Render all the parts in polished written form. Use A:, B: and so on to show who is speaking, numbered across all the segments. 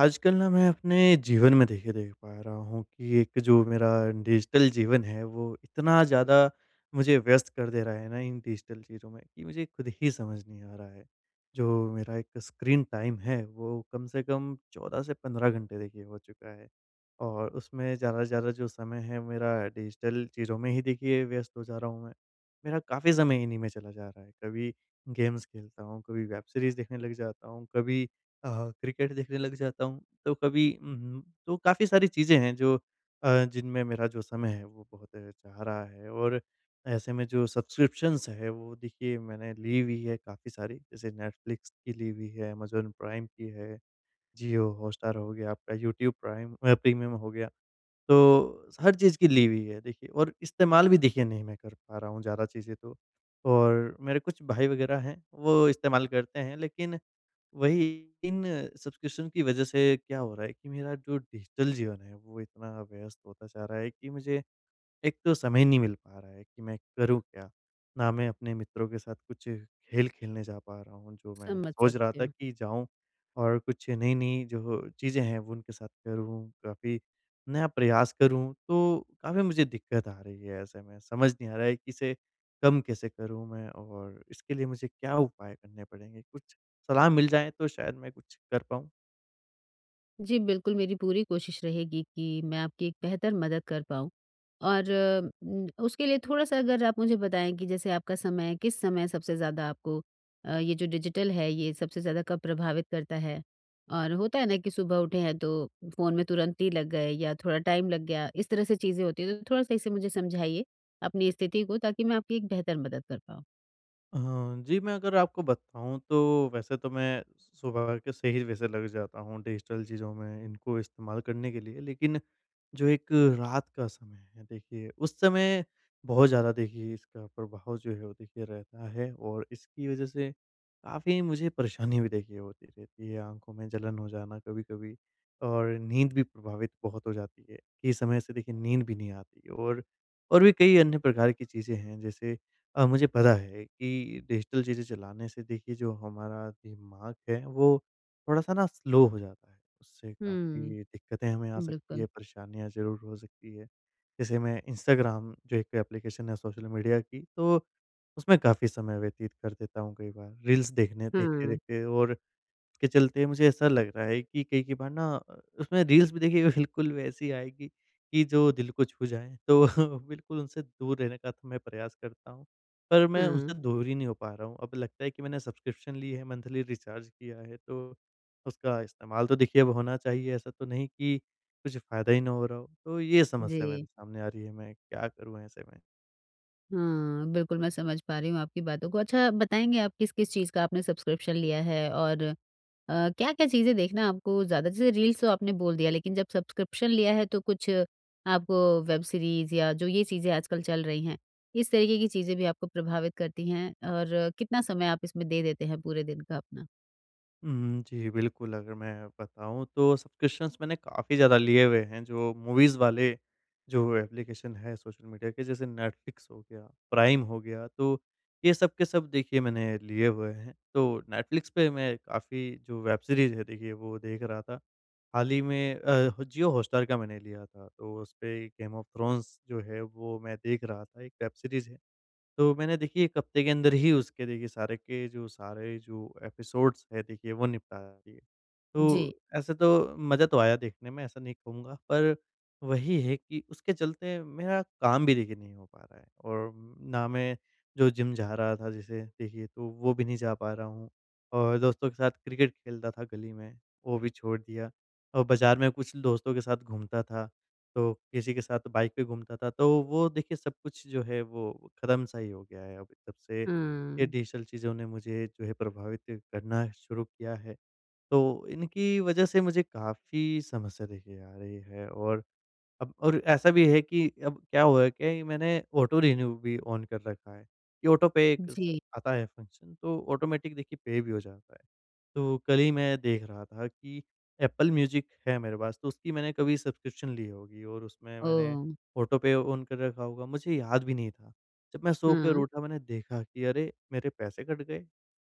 A: आजकल ना मैं अपने जीवन में देखिए देख पा रहा हूँ कि एक जो मेरा डिजिटल जीवन है वो इतना ज़्यादा मुझे व्यस्त कर दे रहा है ना, इन डिजिटल चीज़ों में कि मुझे खुद ही समझ नहीं आ रहा है। जो मेरा एक स्क्रीन टाइम है वो कम से कम 14 से 15 घंटे देखिए हो चुका है। और उसमें ज़्यादा से ज़्यादा जो समय है मेरा डिजिटल चीज़ों में ही देखिए व्यस्त हो जा रहा हूँ मैं। मेरा काफ़ी समय इन्हीं में चला जा रहा है। कभी गेम्स खेलता हूँ, कभी वेब सीरीज़ देखने लग जाता हूँ, कभी अ, क्रिकेट देखने लग जाता हूँ, तो कभी तो काफ़ी सारी चीज़ें हैं जो जिनमें मेरा जो समय है वो बहुत जा रहा है और ऐसे में जो सब्सक्रिप्शंस है वो देखिए मैंने ली हुई है काफ़ी सारी, जैसे नेटफ्लिक्स की ली हुई है, अमेज़न प्राइम की है। जियो हॉटस्टार हो गया, आपका यूट्यूब प्रीमियम हो गया। तो हर चीज़ की ली हुई है देखिए और इस्तेमाल भी देखिए नहीं मैं कर पा रहा हूँ ज़्यादा चीज़ें तो। और मेरे कुछ भाई वगैरह हैं, वो इस्तेमाल करते हैं, लेकिन वही इन सब्सक्रिप्शन की वज़ह से क्या हो रहा है कि मेरा जो डिजिटल जीवन है, वो इतना व्यस्त होता जा रहा है कि मुझे एक तो समय नहीं मिल पा रहा है कि मैं करूँ क्या? ना मैं अपने मित्रों के साथ कुछ खेल खेलने जा पा रहा हूँ, जो मैं
B: समझ
A: सोच रहा
B: सकती
A: था
B: हूँ।
A: कि जाऊँ और कुछ नई-नई जो चीज़ें हैं वो उनके साथ करूँ, काफ़ी नया प्रयास करूँ। तो काफ़ी मुझे दिक्कत आ रही है ऐसे में, समझ नहीं आ रहा है कि इसे कम कैसे करूँ मैं और इसके लिए मुझे क्या उपाय करने पड़ेंगे? कुछ सलाह मिल जाए तो शायद मैं कुछ कर पाऊँ।
B: जी, बिल्कुल मेरी पूरी कोशिश रहेगी कि मैं आपकी एक बेहतर मदद कर पाऊँ और उसके लिए थोड़ा-सा अगर आप मुझे बताएँ कि जैसे आपका समय किस समय सबसे ज़्यादा आपको ये जो डिजिटल है ये सबसे ज़्यादा कब प्रभावित करता है? और होता है ना कि सुबह उठे हैं तो फ़ोन में तुरंत ही लग गए या थोड़ा टाइम लग गया, इस तरह से चीज़ें होती हैं, तो थोड़ा-सा इसे मुझे समझाइए अपनी स्थिति को ताकि मैं आपकी एक बेहतर मदद कर पाऊँ।
A: अ, जी, मैं अगर आपको बताऊँ तो वैसे तो मैं सुबह के से ही वैसे लग जाता हूँ डिजिटल चीज़ों में इनको इस्तेमाल करने के लिए। लेकिन जो एक रात का समय है देखिए, उस समय बहुत ज़्यादा देखिए इसका प्रभाव जो है वो देखिए रहता है और इसकी वज़ह से काफ़ी मुझे परेशानी भी देखिए होती रहती है। आँखों में जलन हो जाना कभी-कभी और नींद भी प्रभावित बहुत हो जाती है। कि समय से देखिए नींद भी नहीं आती और भी कई अन्य प्रकार की चीज़ें हैं, जैसे मुझे पता है कि डिजिटल चीज़ें चलाने से देखिए जो हमारा दिमाग है वो थोड़ा-सा ना स्लो हो जाता है। उससे
B: हुँ,
A: काफ़ी दिक्कतें हमें आ सकती
B: बिल्कुल।
A: है, परेशानियाँ ज़रूर हो सकती है। जैसे मैं इंस्टाग्राम जो एक एप्लीकेशन है सोशल मीडिया की, तो उसमें काफ़ी समय व्यतीत कर देता हूँ कई बार। रील्स देखने
B: हाँ,
A: देखते-देखते और के चलते मुझे ऐसा लग रहा है कि कई-कई बार ना उसमें रील्स भी देखिए बिल्कुल वैसी आएगी कि जो दिल को छू जाएँ। तो बिल्कुल उनसे दूर रहने का तो मैं प्रयास करता हूँ, पर मैं
B: हाँ,
A: उनसे दूर ही नहीं हो पा रहा हूँ। अब लगता है कि मैंने सब्सक्रिप्शन ली है, मंथली रिचार्ज किया है, तो उसका इस्तेमाल तो देखिए अब होना चाहिए। ऐसा तो नहीं कि कुछ फ़ायदा ही ना हो रहा हो। तो ये
B: जी।
A: समस्या मेरे सामने आ रही है, मैं क्या करूँ ऐसे में?
B: हाँ, बिल्कुल मैं समझ पा रही हूँ आपकी बातों को। अच्छा बताएँगे आप किस-किस चीज़ का आपने सब्सक्रिप्शन लिया है और क्या-क्या चीज़ें देखना आपको ज़्यादा जैसे रील्स तो आपने बोल दिया लेकिन जब सब्सक्रिप्शन लिया है तो कुछ आपको वेब सीरीज़ या जो ये चीज़ें आजकल चल रही हैं, इस तरीके की चीज़ें भी आपको प्रभावित करती हैं और कितना समय आप इसमें दे देते हैं पूरे दिन का अपना?
A: हुँ, जी, बिल्कुल, अगर मैं बताऊँ तो सब्सक्रिप्शंस मैंने काफ़ी ज़्यादा लिए हुए हैं, जो मूवीज़ वाले जो एप्लीकेशन है सोशल मीडिया के, जैसे नेटफ्लिक्स हो गया, प्राइम हो गया, तो ये सब के सब देखिए मैंने लिए हुए हैं। तो नेटफ्लिक्स पे मैं काफ़ी जो वेब सीरीज़ है देखिए, वो देख रहा था। हाल ही में जियो हॉटस्टार का मैंने लिया था, तो उसपे गेम ऑफ थ्रोन्स जो है, वो मैं देख रहा था, एक वेब सीरीज़ है। तो मैंने देखिए 1 हफ्ते के अंदर ही उसके देखिए सारे जो एपिसोड्स हैं देखिए वो निपटा दिए। तो
B: जी।
A: ऐसे तो मज़ा तो आया देखने में, ऐसा नहीं कहूँगा, पर वही है कि उसके चलते मेरा काम भी देखिए नहीं हो पा रहा है और ना मैं जो जिम जा रहा था जैसे देखिए तो वो भी नहीं जा पा रहा हूँ और दोस्तों के साथ क्रिकेट खेलता था गली में, वो भी छोड़ दिया और बाज़ार में कुछ दोस्तों के साथ घूमता था, तो किसी के साथ बाइक पे घूमता था, तो वो देखिए सब कुछ जो है वो ख़त्म सा ही हो गया है अब, तब से ये
B: हाँ,
A: डिजिटल चीज़ों ने मुझे जो है प्रभावित करना शुरू किया है। तो इनकी वजह से मुझे काफ़ी समस्या देखिए आ रही है और अब और ऐसा भी है कि अब क्या हुआ है कि मैंने ऑटो रिन्यू भी ऑन कर रखा है कि ऑटो पे एक स-
B: जी।
A: आता है फंक्शन, तो ऑटोमेटिक देखिए पे भी हो जाता है। तो कल ही मैं देख रहा था कि एप्पल म्यूजिक है मेरे पास, तो उसकी मैंने कभी सब्सक्रिप्शन ली होगी और उसमें मैंने
B: ओह!
A: ऑटो पे ऑन कर रखा होगा, मुझे याद भी नहीं था। जब मैं सो कर
B: हाँ।
A: उठा मैंने देखा कि अरे मेरे पैसे कट गए।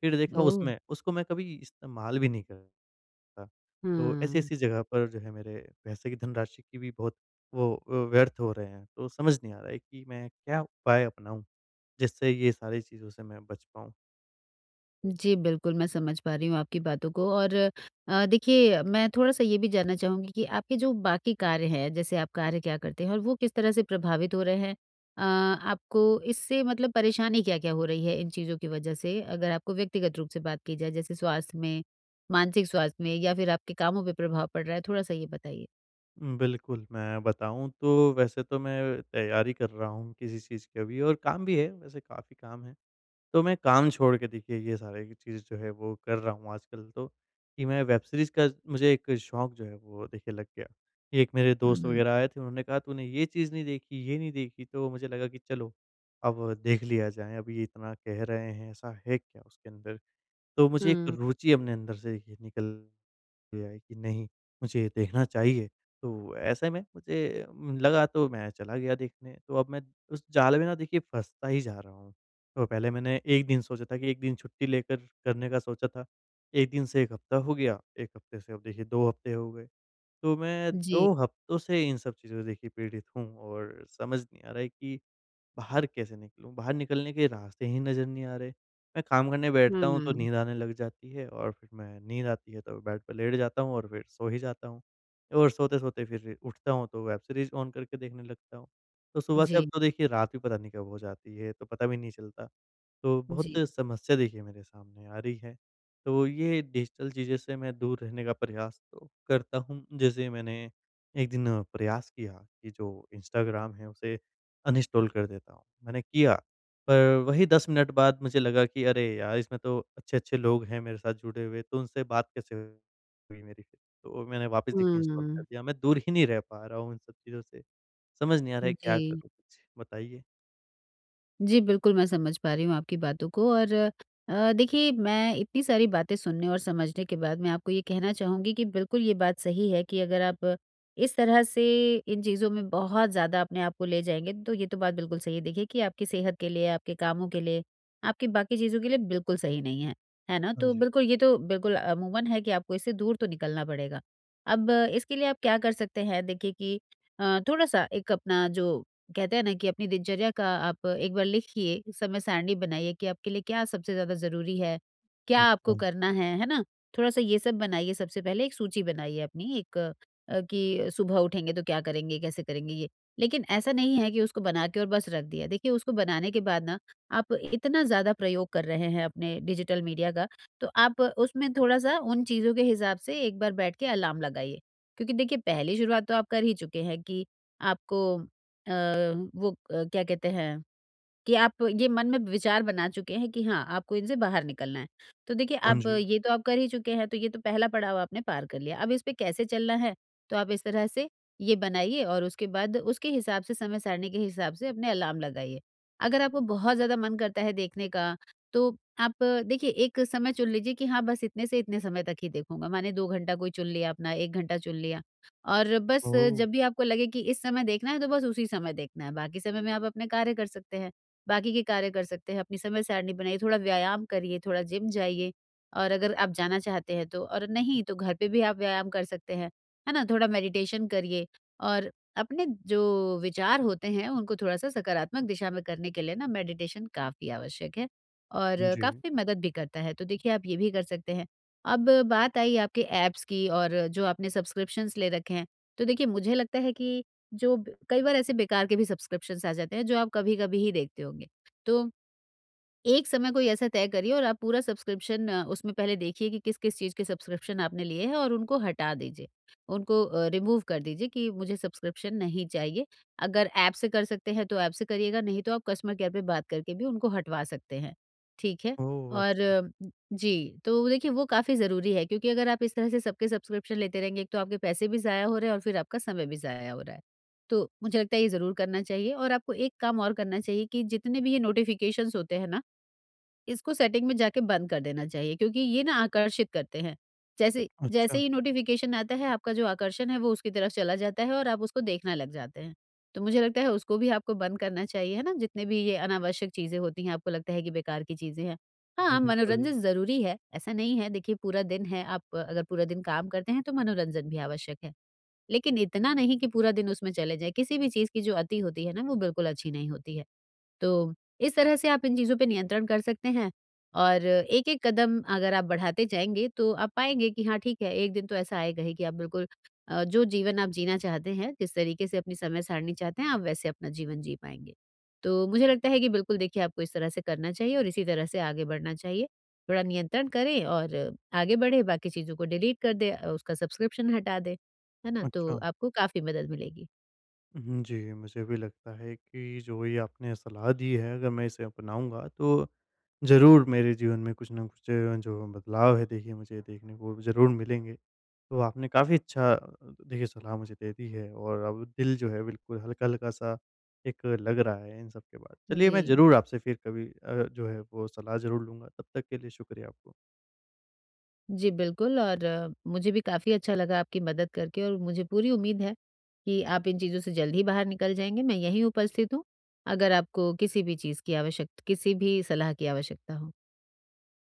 A: फिर देखा
B: ओह!
A: उसमें उसको मैं कभी इस्तेमाल भी नहीं कर सकता। तो
B: हाँ।
A: ऐसी-ऐसी जगह पर जो है मेरे पैसे की धनराशि की भी बहुत वो व्यर्थ हो रहे हैं। तो समझ नहीं आ रहा है कि मैं क्या उपाय अपनाऊँ, जिससे ये सारी चीज़ों से मैं बच पाऊँ?
B: जी, बिल्कुल, मैं समझ पा रही हूँ आपकी बातों को और देखिए मैं थोड़ा-सा ये भी जानना चाहूँगी कि आपके जो बाकी कार्य हैं, जैसे आप कार्य क्या करते हैं और वो किस तरह से प्रभावित हो रहे हैं? आपको इससे मतलब परेशानी क्या-क्या हो रही है इन चीज़ों की वजह से? अगर आपको व्यक्तिगत रूप से बात की जाए, जैसे स्वास्थ्य में, मानसिक स्वास्थ्य में या फिर आपके कामों पे प्रभाव पड़ रहा है, थोड़ा-सा ये बताइए?
A: बिल्कुल, मैं बताऊँ तो वैसे तो मैं तैयारी कर रहा हूँ किसी चीज़ की अभी, और काम भी है, वैसे काफ़ी काम है। तो मैं काम छोड़ के देखिए ये सारी चीज़ जो है वो कर रहा हूँ आजकल तो, कि मैं वेब सीरीज़ का मुझे एक शौक जो है वो देखिए लग गया। एक मेरे
B: हुँ,
A: दोस्त
B: हुँ।
A: वग़ैरह आए थे, उन्होंने कहा तूने ये चीज़ नहीं देखी, ये नहीं देखी, तो मुझे लगा कि चलो अब देख लिया जाए, अब ये इतना कह रहे हैं, ऐसा है क्या उसके अंदर? तो मुझे एक रुचि अपने अंदर से देखिए निकल लिया है कि नहीं, मुझे देखना चाहिए। तो ऐसे में मुझे लगा, तो मैं चला गया देखने, तो अब मैं उस जाल में ना देखिए फँसता ही जा रहा हूँ। तो पहले मैंने 1 दिन सोचा था, कि 1 दिन छुट्टी लेकर करने का सोचा था। 1 दिन से 1 हफ़्ता हो गया, 1 हफ़्ते से अब देखिए 2 हफ़्ते हो गए। तो मैं
B: जी।
A: 2 हफ़्तों से इन सब चीज़ों से देखिए पीड़ित हूँ और समझ नहीं आ रहा है कि बाहर कैसे निकलूँ? बाहर निकलने के रास्ते ही नज़र नहीं आ रहे। मैं काम करने बैठता हूँ तो
B: हुँ।
A: नींद आने लग जाती है और फिर मैं नींद आती है तो बेड पे लेट जाता हूँ और फिर सो ही जाता हूँ। और सोते-सोते फिर उठता हूँ तो वेब सीरीज़ ऑन करके देखने लगता हूँ। तो सुबह से अब
B: जी,
A: तो देखिए रात भी पता नहीं कब हो जाती है, तो पता भी नहीं चलता। तो बहुत
B: जी।
A: समस्या देखिए मेरे सामने आ रही है। तो ये डिजिटल चीज़ें से मैं दूर रहने का प्रयास तो करता हूँ। जैसे मैंने एक दिन प्रयास किया कि जो इंस्टाग्राम है उसे अनइंस्टॉल कर देता हूँ। मैंने किया, पर वही 10 मिनट बाद मुझे लगा कि अरे यार! इसमें तो अच्छे-अच्छे लोग हैं मेरे साथ जुड़े हुए, तो उनसे बात कैसे हुई मेरी? फिर। तो मैंने वापस देखिए इंस्टॉल कर
B: हुँ।
A: दिया। मैं दूर ही नहीं रह पा रहा हूँ इन सब चीज़ों से। समझ नहीं आ रहा है, क्या
B: जी।
A: करूँ, कुछ बताइए?
B: जी, बिल्कुल, मैं समझ पा रही हूँ आपकी बातों को और देखिए मैं इतनी सारी बातें सुनने और समझने के बाद मैं आपको ये कहना चाहूँगी कि बिल्कुल ये बात सही है कि अगर आप इस तरह से इन चीज़ों में बहुत ज़्यादा अपने आप को ले जाएँगे, तो ये तो बात बिल्कुल सही है देखिए कि आपकी सेहत के लिए, आपके कामों के लिए, आपकी बाकी चीज़ों के लिए बिल्कुल सही नहीं है, है ना?
A: हाँ
B: तो
A: जी।
B: बिल्कुल ये तो बिल्कुल अमूमन है कि आपको इससे दूर तो निकलना पड़ेगा। अब इसके लिए आप क्या कर सकते हैं देखिए कि थोड़ा-सा एक अपना जो कहते हैं ना कि अपनी दिनचर्या का आप एक बार लिखिए, समय सारणी बनाइए कि आपके लिए क्या सबसे ज़्यादा ज़रूरी है, क्या
A: अच्छा।
B: आपको करना है ना? थोड़ा-सा ये सब बनाइए सबसे पहले एक सूची बनाइए अपनी एक कि सुबह उठेंगे तो क्या करेंगे, कैसे करेंगे ये। लेकिन ऐसा नहीं है कि उसको बना के और बस रख दिया। देखिए उसको बनाने के बाद ना आप इतना ज़्यादा प्रयोग कर रहे हैं अपने डिजिटल मीडिया का, तो आप उसमें थोड़ा-सा उन चीज़ों के हिसाब से एक बार बैठ के अलार्म लगाइए। क्योंकि देखिए पहली शुरुआत तो आप कर ही चुके हैं कि आपको वो क्या कहते हैं कि आप ये मन में विचार बना चुके हैं कि हाँ, आपको इनसे बाहर निकलना है। तो देखिए
A: हाँ
B: आप
A: जी।
B: ये तो आप कर ही चुके हैं, तो ये तो पहला पड़ाव आपने पार कर लिया। अब इस पे कैसे चलना है, तो आप इस तरह से ये बनाइए और उसके बाद उसके हिसाब से समय सारणी के हिसाब से अपने अलार्म लगाइए। अगर आपको बहुत ज़्यादा मन करता है देखने का, तो आप देखिए एक समय चुन लीजिए कि हाँ, बस इतने से इतने समय तक ही देखूँगा। माने 2 घंटा कोई चुन लिया अपना, 1 घंटा चुन लिया और बस
A: ओह!
B: जब भी आपको लगे कि इस समय देखना है, तो बस उसी समय देखना है। बाकी समय में आप अपने कार्य कर सकते हैं। बाकी के कार्य कर सकते हैं, अपनी समय सारणी बनाइए, थोड़ा व्यायाम करिए, थोड़ा जिम जाइए और अगर आप जाना चाहते हैं तो और नहीं तो घर पे भी आप व्यायाम कर सकते हैं, है ना? थोड़ा मेडिटेशन करिए और अपने जो विचार होते हैं उनको थोड़ा-सा सकारात्मक दिशा में करने के लिए ना मेडिटेशन काफ़ी आवश्यक है और
A: जी।
B: काफ़ी मदद भी करता है, तो देखिए आप ये भी कर सकते हैं। अब बात आई आपके ऐप्स की और जो आपने सब्सक्रिप्शंस ले रखे हैं, तो देखिए मुझे लगता है कि जो ब कई बार ऐसे बेकार के भी सब्सक्रिप्शंस आ जाते हैं, जो आप कभी-कभी ही देखते होंगे। तो एक समय कोई ऐसा तय करिए और आप पूरा सब्सक्रिप्शन उसमें पहले देखिए कि किस-किस चीज़ के सब्सक्रिप्शन आपने लिए हैं और उनको हटा दीजिए। उनको रिमूव कर दीजिए कि मुझे सब्सक्रिप्शन नहीं चाहिए। अगर ऐप से कर सकते हैं तो ऐप से करिएगा, नहीं तो आप कस्टमर केयर पे बात करके भी उनको हटवा सकते हैं। ठीक है?
A: ओह!
B: और
A: अच्छा।
B: जी, तो देखिए वो काफ़ी ज़रूरी है क्योंकि अगर आप इस तरह से सबके सब्सक्रिप्शन लेते रहेंगे, एक तो आपके पैसे भी ज़ाया हो रहे हैं और फिर आपका समय भी ज़ाया हो रहा है। तो मुझे लगता है ये ज़रूर करना चाहिए और आपको एक काम और करना चाहिए कि जितने भी ये नोटिफ़िकेशंस होते हैं ना इसको सेटिंग में जाके बंद कर देना चाहिए क्योंकि ये ना आकर्षित करते हैं। जैसे जैसे
A: अच्छा,
B: ही नोटिफ़िकेशन आता है आपका जो आकर्षण है वो उसकी तरफ चला जाता है और आप उसको देखने लग जाते हैं। तो मुझे लगता है उसको भी आपको बंद करना चाहिए, है ना? जितने भी ये अनावश्यक चीज़ें होती हैं, आपको लगता है कि बेकार की चीज़ें हैं। हाँ,
A: बिल्कुल।
B: मनोरंजन ज़रूरी है, ऐसा नहीं है देखिए पूरा दिन है आप अगर पूरा दिन काम करते हैं तो मनोरंजन भी आवश्यक है। लेकिन इतना नहीं कि पूरा दिन उसमें चले जाएँ, किसी भी चीज़ की जो अति होती है ना वो बिल्कुल अच्छी नहीं होती है। तो इस तरह से आप इन चीज़ों पे नियंत्रण कर सकते हैं और एक-एक कदम अगर आप बढ़ाते जाएँगे तो आप पाएँगे कि हाँ ठीक है, एक दिन तो ऐसा आएगा ही कि आप बिल्कुल जो जीवन आप जीना चाहते हैं, जिस तरीके से अपनी समय सारणी चाहते हैं, आप वैसे अपना जीवन जी पाएँगे। तो मुझे लगता है कि बिल्कुल देखिए आपको इस तरह से करना चाहिए और इसी तरह से आगे बढ़ना चाहिए। थोड़ा नियंत्रण करें और आगे बढ़े, बाकी चीज़ों को डिलीट कर दें, उसका सब्सक्रिप्शन हटा दें। है ना? तो
A: अच्छा।
B: आपको काफ़ी मदद मिलेगी।
A: हुँ, जी, मुझे भी लगता है कि जो ये आपने सलाह दी है अगर मैं इसे अपनाऊँगा तो ज़रूर मेरे जीवन में कुछ ना कुछ जो बदलाव है देखिए मुझे देखने को ज़रूर मिलेंगे। तो आपने काफ़ी अच्छा देखिए सलाह मुझे दे दी है और अब दिल जो है बिल्कुल हल्का-हल्का सा एक लग रहा है इन सब के बाद। चलिए
B: जी।
A: मैं ज़रूर आपसे फिर कभी जो है वो सलाह ज़रूर लूँगा। तब तक के लिए शुक्रिया आपको।
B: जी, बिल्कुल और मुझे भी काफ़ी अच्छा लगा आपकी मदद करके और मुझे पूरी उम्मीद है कि आप इन चीज़ों से जल्द ही बाहर निकल जाएँगे। मैं यहीं उपस्थित हूँ, अगर आपको किसी भी चीज़ की आवश्यक किसी भी सलाह की आवश्यकता हो।